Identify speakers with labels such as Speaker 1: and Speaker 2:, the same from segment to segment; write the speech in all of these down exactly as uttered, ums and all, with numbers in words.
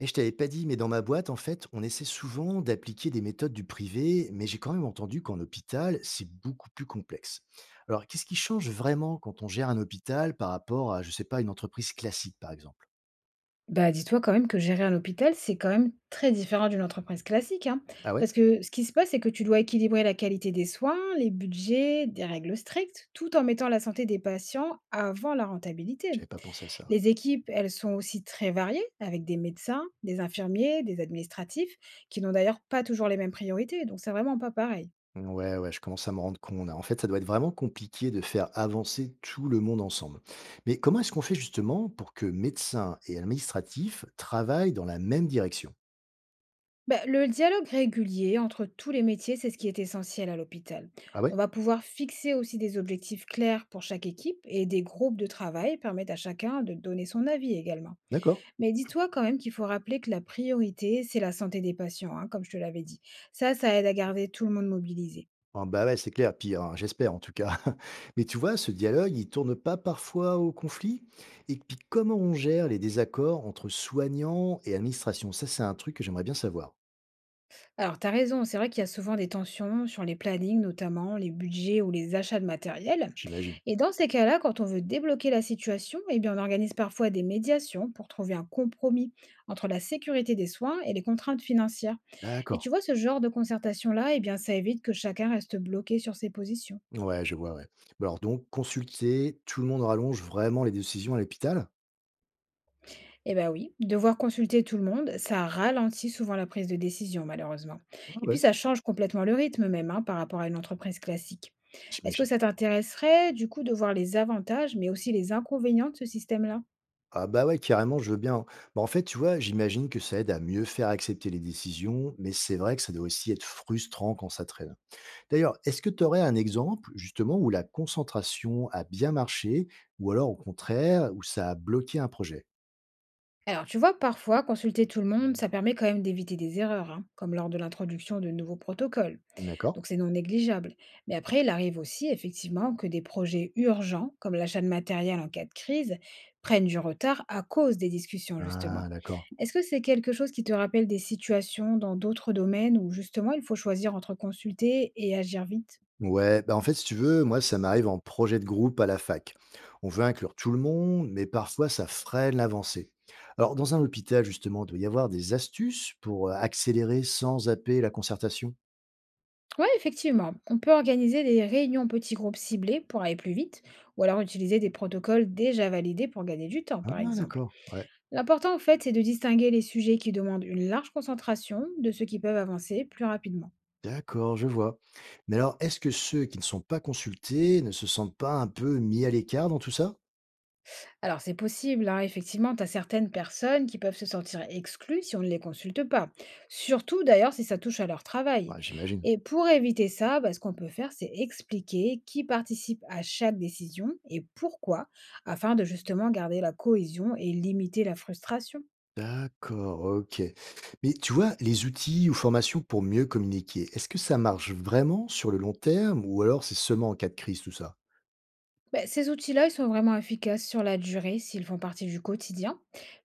Speaker 1: Et je t'avais pas dit, mais dans ma boîte, en fait, on essaie souvent d'appliquer des méthodes du privé, mais j'ai quand même entendu qu'en hôpital, c'est beaucoup plus complexe. Alors, qu'est-ce qui change vraiment quand on gère un hôpital par rapport à, je sais pas, une entreprise classique, par exemple?
Speaker 2: Bah, dis-toi quand même que gérer un hôpital, c'est quand même très différent d'une entreprise classique, hein.
Speaker 1: Ah ouais.
Speaker 2: Parce que ce qui se passe, c'est que tu dois équilibrer la qualité des soins, les budgets, des règles strictes, tout en mettant la santé des patients avant la rentabilité.
Speaker 1: J'avais pas pensé à ça.
Speaker 2: Les équipes, elles sont aussi très variées, avec des médecins, des infirmiers, des administratifs, qui n'ont d'ailleurs pas toujours les mêmes priorités, donc c'est vraiment pas pareil.
Speaker 1: Ouais, ouais, ouais, je commence à me rendre compte. En fait, ça doit être vraiment compliqué de faire avancer tout le monde ensemble. Mais comment est-ce qu'on fait justement pour que médecins et administratifs travaillent dans la même direction?
Speaker 2: Ben, le dialogue régulier entre tous les métiers, c'est ce qui est essentiel à l'hôpital.
Speaker 1: Ah ouais.
Speaker 2: On va pouvoir fixer aussi des objectifs clairs pour chaque équipe et des groupes de travail permettent à chacun de donner son avis également.
Speaker 1: D'accord.
Speaker 2: Mais dis-toi quand même qu'il faut rappeler que la priorité, c'est la santé des patients, hein, comme je te l'avais dit. Ça, ça aide à garder tout le monde mobilisé.
Speaker 1: Ah bah, ouais, c'est clair, puis, hein, j'espère en tout cas. Mais tu vois, ce dialogue, il tourne pas parfois au conflit? Et puis comment on gère les désaccords entre soignants et administration? Ça, c'est un truc que j'aimerais bien savoir.
Speaker 2: Alors, tu as raison, c'est vrai qu'il y a souvent des tensions sur les plannings, notamment les budgets ou les achats de matériel.
Speaker 1: J'imagine.
Speaker 2: Et dans ces cas-là, quand on veut débloquer la situation, eh bien, on organise parfois des médiations pour trouver un compromis entre la sécurité des soins et les contraintes financières. Et
Speaker 1: D'accord.
Speaker 2: tu vois, ce genre de concertation-là, eh bien, ça évite que chacun reste bloqué sur ses positions.
Speaker 1: Ouais, je vois, ouais. Bah, alors donc consulter, tout le monde rallonge vraiment les décisions à l'hôpital?
Speaker 2: Eh bien oui, devoir consulter tout le monde, ça ralentit souvent la prise de décision, malheureusement.
Speaker 1: Ah
Speaker 2: Et
Speaker 1: ouais,
Speaker 2: puis, ça change complètement le rythme même, hein, par rapport à une entreprise classique. Est-ce que
Speaker 1: j'imagine.
Speaker 2: ça t'intéresserait, du coup, de voir les avantages, mais aussi les inconvénients de ce système-là?
Speaker 1: Ah bah ouais, carrément, je veux bien, hein. Bah, en fait, tu vois, j'imagine que ça aide à mieux faire accepter les décisions, mais c'est vrai que ça doit aussi être frustrant quand ça traîne. D'ailleurs, est-ce que tu aurais un exemple justement où la concentration a bien marché ou alors au contraire où ça a bloqué un projet?
Speaker 2: Alors, tu vois, parfois, consulter tout le monde, ça permet quand même d'éviter des erreurs, hein, comme lors de l'introduction de nouveaux protocoles.
Speaker 1: D'accord?
Speaker 2: Donc, c'est non négligeable. Mais après, il arrive aussi, effectivement, que des projets urgents, comme l'achat de matériel en cas de crise, prennent du retard à cause des discussions,
Speaker 1: Ah
Speaker 2: justement.
Speaker 1: d'accord.
Speaker 2: Est-ce que c'est quelque chose qui te rappelle des situations dans d'autres domaines où, justement, il faut choisir entre consulter et agir vite?
Speaker 1: Ouais, bah, en fait, si tu veux, moi ça m'arrive en projet de groupe à la fac. On veut inclure tout le monde, mais parfois ça freine l'avancée. Alors dans un hôpital justement, il doit y avoir des astuces pour euh, accélérer sans zapper la concertation?
Speaker 2: Oui, effectivement. On peut organiser des réunions en petits groupes ciblés pour aller plus vite, ou alors utiliser des protocoles déjà validés pour gagner du temps, par
Speaker 1: Ah
Speaker 2: exemple.
Speaker 1: d'accord, ouais.
Speaker 2: L'important, en fait, c'est de distinguer les sujets qui demandent une large concentration de ceux qui peuvent avancer plus rapidement.
Speaker 1: D'accord, je vois. Mais alors, est-ce que ceux qui ne sont pas consultés ne se sentent pas un peu mis à l'écart dans tout ça?
Speaker 2: Alors c'est possible, hein, effectivement, tu as certaines personnes qui peuvent se sentir exclues si on ne les consulte pas. Surtout d'ailleurs si ça touche à leur travail.
Speaker 1: Ouais, j'imagine.
Speaker 2: Et pour éviter ça, bah, ce qu'on peut faire, c'est expliquer qui participe à chaque décision et pourquoi, afin de justement garder la cohésion et limiter la frustration.
Speaker 1: D'accord, OK. Mais tu vois, les outils ou formations pour mieux communiquer, est-ce que ça marche vraiment sur le long terme ou alors c'est seulement en cas de crise tout ça?
Speaker 2: Beh, ces outils-là, ils sont vraiment efficaces sur la durée s'ils font partie du quotidien,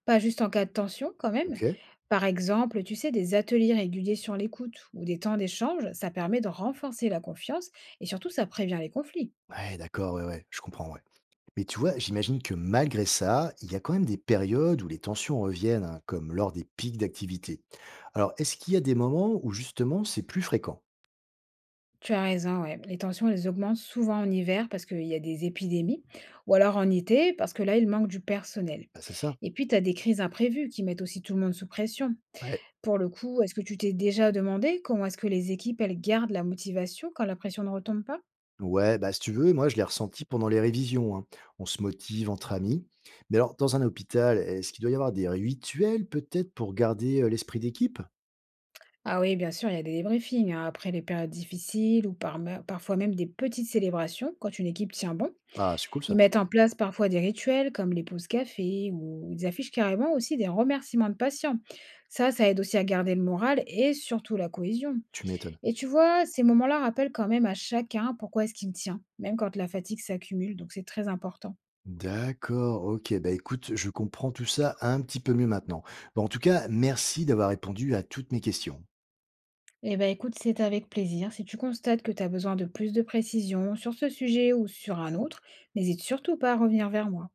Speaker 2: pas juste en cas de tension quand même.
Speaker 1: OK.
Speaker 2: Par exemple, tu sais, des ateliers réguliers sur l'écoute ou des temps d'échange, ça permet de renforcer la confiance et surtout ça prévient les conflits.
Speaker 1: Ouais, d'accord, ouais, ouais, je comprends, ouais. Mais tu vois, j'imagine que malgré ça, il y a quand même des périodes où les tensions reviennent, hein, comme lors des pics d'activité. Alors, est-ce qu'il y a des moments où justement c'est plus fréquent?
Speaker 2: Tu as raison, ouais. Les tensions, elles augmentent souvent en hiver parce qu'il y a des épidémies, ou alors en été parce que là, il manque du personnel.
Speaker 1: Bah, c'est ça.
Speaker 2: Et puis, tu as des crises imprévues qui mettent aussi tout le monde sous pression.
Speaker 1: Ouais.
Speaker 2: Pour le coup, est-ce que tu t'es déjà demandé comment est-ce que les équipes, elles gardent la motivation quand la pression ne retombe pas?
Speaker 1: Ouais, bah, si tu veux, moi je l'ai ressenti pendant les révisions, hein. On se motive entre amis. Mais alors, dans un hôpital, est-ce qu'il doit y avoir des rituels peut-être pour garder euh, l'esprit d'équipe?
Speaker 2: Ah oui, bien sûr, il y a des débriefings, hein, après les périodes difficiles ou par parfois même des petites célébrations quand une équipe tient bon.
Speaker 1: Ah, c'est cool ça.
Speaker 2: Ils mettent en place parfois des rituels comme les pauses café ou ils affichent carrément aussi des remerciements de patients. Ça, ça aide aussi à garder le moral et surtout la cohésion.
Speaker 1: Tu m'étonnes.
Speaker 2: Et tu vois, ces moments-là rappellent quand même à chacun pourquoi est-ce qu'il tient, même quand la fatigue s'accumule, donc c'est très important.
Speaker 1: D'accord, ok. Bah écoute, je comprends tout ça un petit peu mieux maintenant. Bon, en tout cas, merci d'avoir répondu à toutes mes questions.
Speaker 2: Eh bien écoute, c'est avec plaisir. Si tu constates que tu as besoin de plus de précisions sur ce sujet ou sur un autre, n'hésite surtout pas à revenir vers moi.